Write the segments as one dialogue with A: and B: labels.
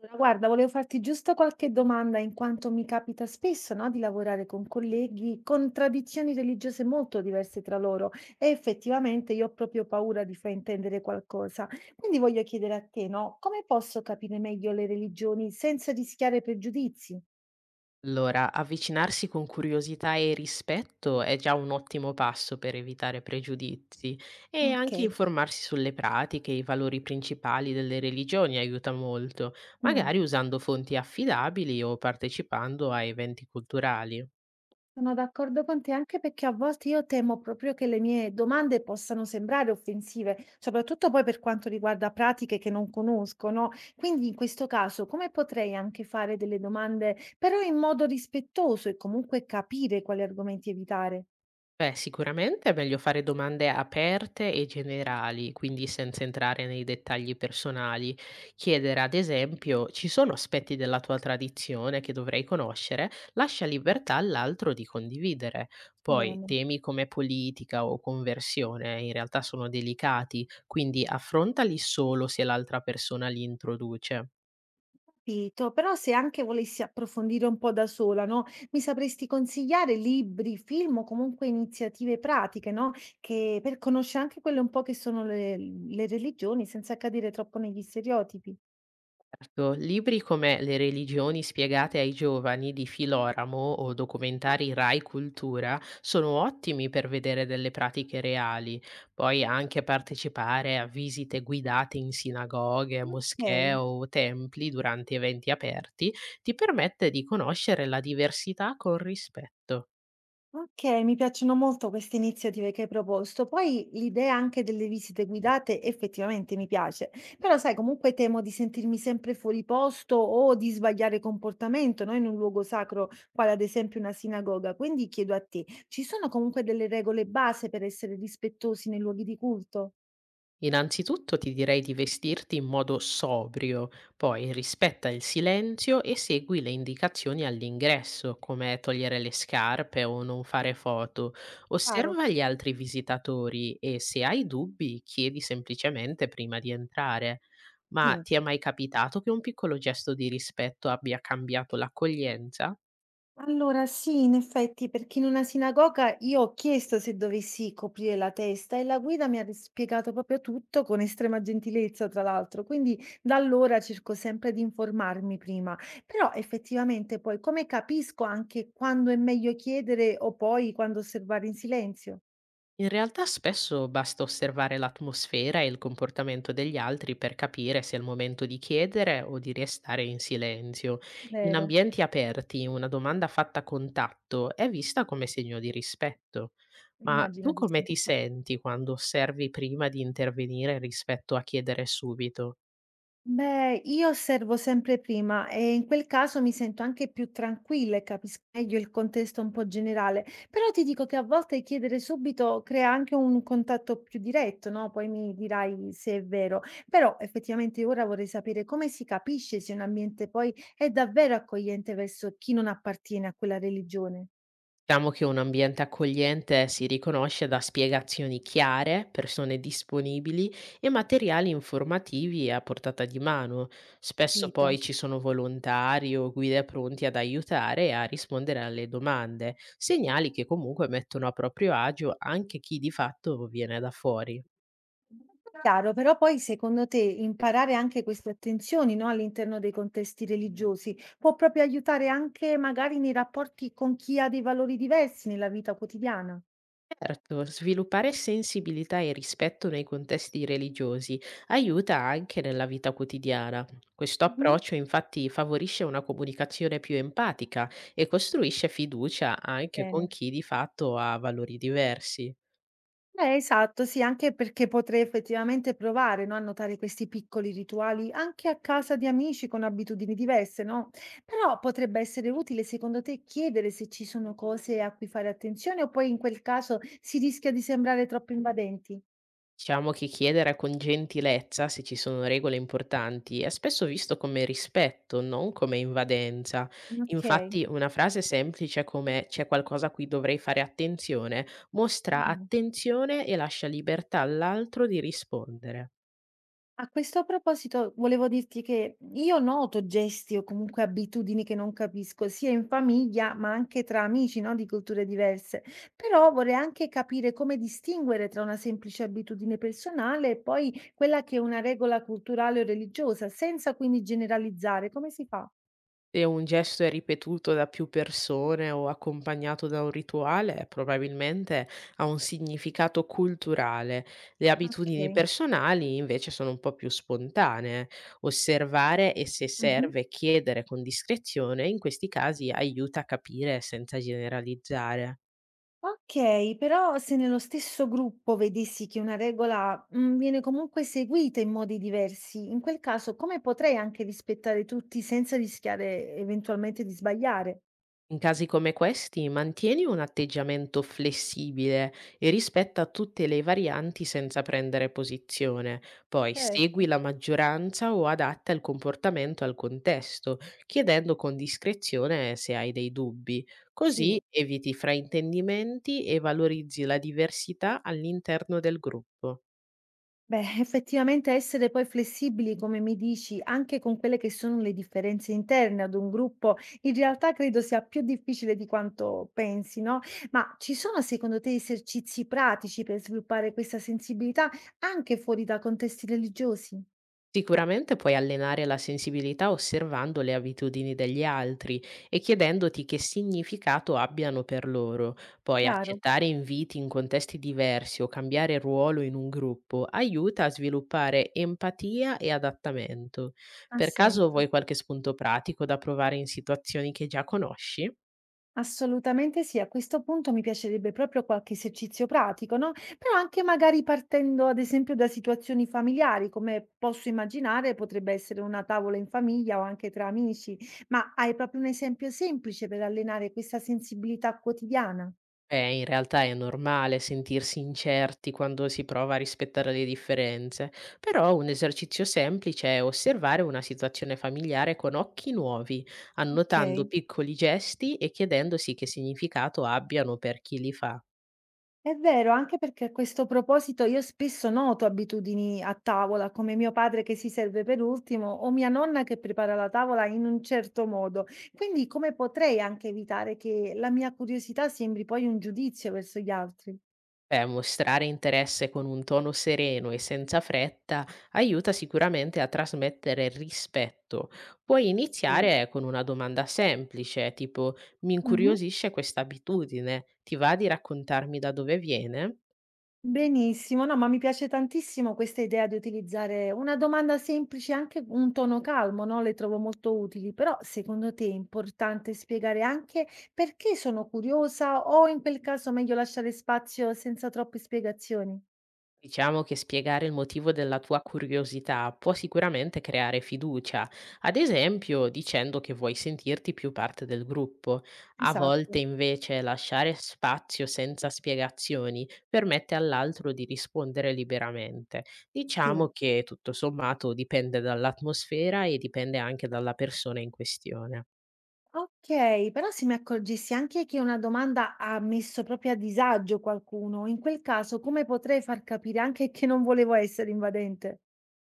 A: Allora, guarda, volevo farti giusto qualche domanda in quanto mi capita spesso, no, di lavorare con colleghi con tradizioni religiose molto diverse tra loro e effettivamente io ho proprio paura di fraintendere qualcosa. Quindi voglio chiedere a te, no, come posso capire meglio le religioni senza rischiare pregiudizi?
B: Allora, avvicinarsi con curiosità e rispetto è già un ottimo passo per evitare pregiudizi e anche
A: Ok.
B: informarsi sulle pratiche e i valori principali delle religioni aiuta molto,
A: Mm.
B: magari usando fonti affidabili o partecipando a eventi culturali.
A: Sono d'accordo con te anche perché a volte io temo proprio che le mie domande possano sembrare offensive, soprattutto poi per quanto riguarda pratiche che non conosco, no? Quindi in questo caso come potrei anche fare delle domande, però in modo rispettoso e comunque capire quali argomenti evitare?
B: Beh, sicuramente è meglio fare domande aperte e generali, quindi senza entrare nei dettagli personali. Chiedere, ad esempio, ci sono aspetti della tua tradizione che dovrei conoscere? Lascia libertà all'altro di condividere. Poi,
A: Bene.
B: temi come politica o conversione in realtà sono delicati, quindi affrontali solo se l'altra persona li introduce.
A: Capito, però se anche volessi approfondire un po' da sola, no, mi sapresti consigliare libri, film o comunque iniziative pratiche, no, che per conoscere anche quelle un po' che sono le religioni senza cadere troppo negli stereotipi.
B: Certo, libri come Le religioni spiegate ai giovani di Filoramo o
A: Ah,
B: documentari Rai Cultura sono ottimi per vedere delle pratiche reali. Puoi anche partecipare a visite guidate in sinagoghe,
A: ok.
B: moschee o templi durante eventi aperti, ti permette di conoscere la diversità con rispetto.
A: Okay, mi piacciono molto queste iniziative che hai proposto. Poi l'idea anche delle visite guidate effettivamente mi piace, però sai comunque temo di sentirmi sempre fuori posto o di sbagliare comportamento, no, in un luogo sacro quale ad esempio una sinagoga. Quindi chiedo a te, ci sono comunque delle regole base per essere rispettosi nei luoghi di culto?
B: Innanzitutto ti direi di vestirti in modo sobrio, poi rispetta il silenzio e segui le indicazioni all'ingresso, come togliere le scarpe o non fare foto.
A: Chiaro?
B: Osserva gli altri visitatori e se hai dubbi chiedi semplicemente prima di entrare. Ma
A: Sì.
B: ti è mai capitato che un piccolo gesto di rispetto abbia cambiato l'accoglienza?
A: Allora sì, in effetti, perché in una sinagoga io ho chiesto se dovessi coprire la testa e la guida mi ha spiegato proprio tutto con estrema gentilezza, tra l'altro. Quindi da allora cerco sempre di informarmi prima. Però effettivamente poi come capisco anche quando è meglio chiedere o poi quando osservare in silenzio?
B: In realtà spesso basta osservare l'atmosfera e il comportamento degli altri per capire se è il momento di chiedere o di restare in silenzio. In
A: Vero,
B: ambienti aperti una domanda fatta a contatto è vista come segno di rispetto. Ma tu
A: immagino di
B: come
A: sì.
B: ti senti quando osservi prima di intervenire rispetto a chiedere subito?
A: Beh, io osservo sempre prima e in quel caso mi sento anche più tranquilla e capisco meglio il contesto un po' generale, però ti dico che a volte chiedere subito crea anche un contatto più diretto, no? Poi mi dirai se è vero, però effettivamente ora vorrei sapere come si capisce se un ambiente poi è davvero accogliente verso chi non appartiene a quella religione.
B: Diciamo che un ambiente accogliente si riconosce da spiegazioni chiare, persone disponibili e materiali informativi a portata di mano. Spesso
A: Capito.
B: poi ci sono volontari o guide pronti ad aiutare e a rispondere alle domande, segnali che comunque mettono a proprio agio anche chi di fatto viene da fuori.
A: Chiaro, però poi secondo te imparare anche queste attenzioni, no, all'interno dei contesti religiosi può proprio aiutare anche magari nei rapporti con chi ha dei valori diversi nella vita quotidiana?
B: Certo, sviluppare sensibilità e rispetto nei contesti religiosi aiuta anche nella vita quotidiana. Questo
A: Mhm.
B: approccio infatti favorisce una comunicazione più empatica e costruisce fiducia anche con
A: Bene.
B: chi di fatto ha valori diversi.
A: Esatto, sì, anche perché potrei effettivamente provare, no, a notare questi piccoli rituali anche a casa di amici con abitudini diverse, no? Però potrebbe essere utile, secondo te, chiedere se ci sono cose a cui fare attenzione o poi in quel caso si rischia di sembrare troppo invadenti?
B: Diciamo che chiedere con gentilezza se ci sono regole importanti è spesso visto come rispetto, non come invadenza.
A: Ok.
B: Infatti, una frase semplice come c'è qualcosa a cui dovrei fare attenzione mostra
A: Mh.
B: attenzione e lascia libertà all'altro di rispondere.
A: A questo proposito volevo dirti che io noto gesti o comunque abitudini che non capisco, sia in famiglia ma anche tra amici, no, di culture diverse. Però vorrei anche capire come distinguere tra una semplice abitudine personale e poi quella che è una regola culturale o religiosa, senza quindi generalizzare. Come si fa?
B: Se un gesto è ripetuto da più persone o accompagnato da un rituale, probabilmente ha un significato culturale. Le abitudini
A: Okay.
B: personali invece sono un po' più spontanee. Osservare e se
A: Mh-mh.
B: serve chiedere con discrezione in questi casi aiuta a capire senza generalizzare.
A: Okay, però se nello stesso gruppo vedessi che una regola, viene comunque seguita in modi diversi, in quel caso come potrei anche rispettare tutti senza rischiare eventualmente di sbagliare?
B: In casi come questi, mantieni un atteggiamento flessibile e rispetta tutte le varianti senza prendere posizione. Poi segui
A: Certo,
B: la maggioranza o adatta il comportamento al contesto, chiedendo con discrezione se hai dei dubbi. Così
A: sì.
B: eviti fraintendimenti e valorizzi la diversità all'interno del gruppo.
A: Beh, effettivamente essere poi flessibili, come mi dici, anche con quelle che sono le differenze interne ad un gruppo, in realtà credo sia più difficile di quanto pensi, no? Ma ci sono secondo te esercizi pratici per sviluppare questa sensibilità anche fuori da contesti religiosi?
B: Sicuramente puoi allenare la sensibilità osservando le abitudini degli altri e chiedendoti che significato abbiano per loro. Poi
A: Chiaro,
B: accettare inviti in contesti diversi o cambiare ruolo in un gruppo aiuta a sviluppare empatia e adattamento.
A: ha
B: Per caso
A: senso.
B: vuoi qualche spunto pratico da provare in situazioni che già conosci?
A: Assolutamente sì, a questo punto mi piacerebbe proprio qualche esercizio pratico, no? Però anche magari partendo ad esempio da situazioni familiari, come posso immaginare potrebbe essere una tavola in famiglia o anche tra amici, ma hai proprio un esempio semplice per allenare questa sensibilità quotidiana?
B: Beh, in realtà è normale sentirsi incerti quando si prova a rispettare le differenze, però un esercizio semplice è osservare una situazione familiare con occhi nuovi, annotando
A: Ok.
B: piccoli gesti e chiedendosi che significato abbiano per chi li fa.
A: È vero, anche perché a questo proposito io spesso noto abitudini a tavola, come mio padre che si serve per ultimo o mia nonna che prepara la tavola in un certo modo. Quindi come potrei anche evitare che la mia curiosità sembri poi un giudizio verso gli altri?
B: Beh, mostrare interesse con un tono sereno e senza fretta aiuta sicuramente a trasmettere rispetto. Puoi
A: Sì.
B: iniziare con una domanda semplice, tipo mi
A: Mhm.
B: incuriosisce questa abitudine, ti va di raccontarmi da dove viene?
A: Benissimo, no, ma mi piace tantissimo questa idea di utilizzare una domanda semplice, e anche un tono calmo, no? Le trovo molto utili, però secondo te è importante spiegare anche perché sono curiosa o in quel caso meglio lasciare spazio senza troppe spiegazioni?
B: Diciamo che spiegare il motivo della tua curiosità può sicuramente creare fiducia, ad esempio dicendo che vuoi sentirti più parte del gruppo. A volte
A: Esatto,
B: invece lasciare spazio senza spiegazioni permette all'altro di rispondere liberamente.
A: sì.
B: Diciamo che tutto sommato dipende dall'atmosfera e dipende anche dalla persona in questione.
A: Ok, però se mi accorgessi anche che una domanda ha messo proprio a disagio qualcuno, in quel caso come potrei far capire anche che non volevo essere invadente?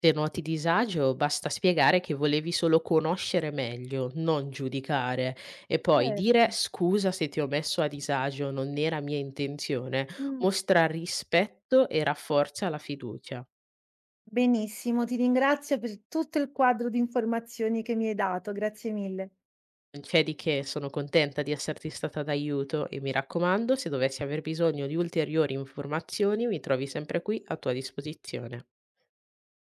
B: Se noti disagio, basta spiegare che volevi solo conoscere meglio, non giudicare, e poi dire
A: Certo.
B: scusa se ti ho messo a disagio, non era mia intenzione,
A: Mm.
B: mostra rispetto e rafforza la fiducia.
A: Benissimo, ti ringrazio per tutto il quadro di informazioni che mi hai dato, grazie mille.
B: Non c'è di che, sono contenta di esserti stata d'aiuto e mi raccomando, se dovessi aver bisogno di ulteriori informazioni, mi trovi sempre qui a tua disposizione.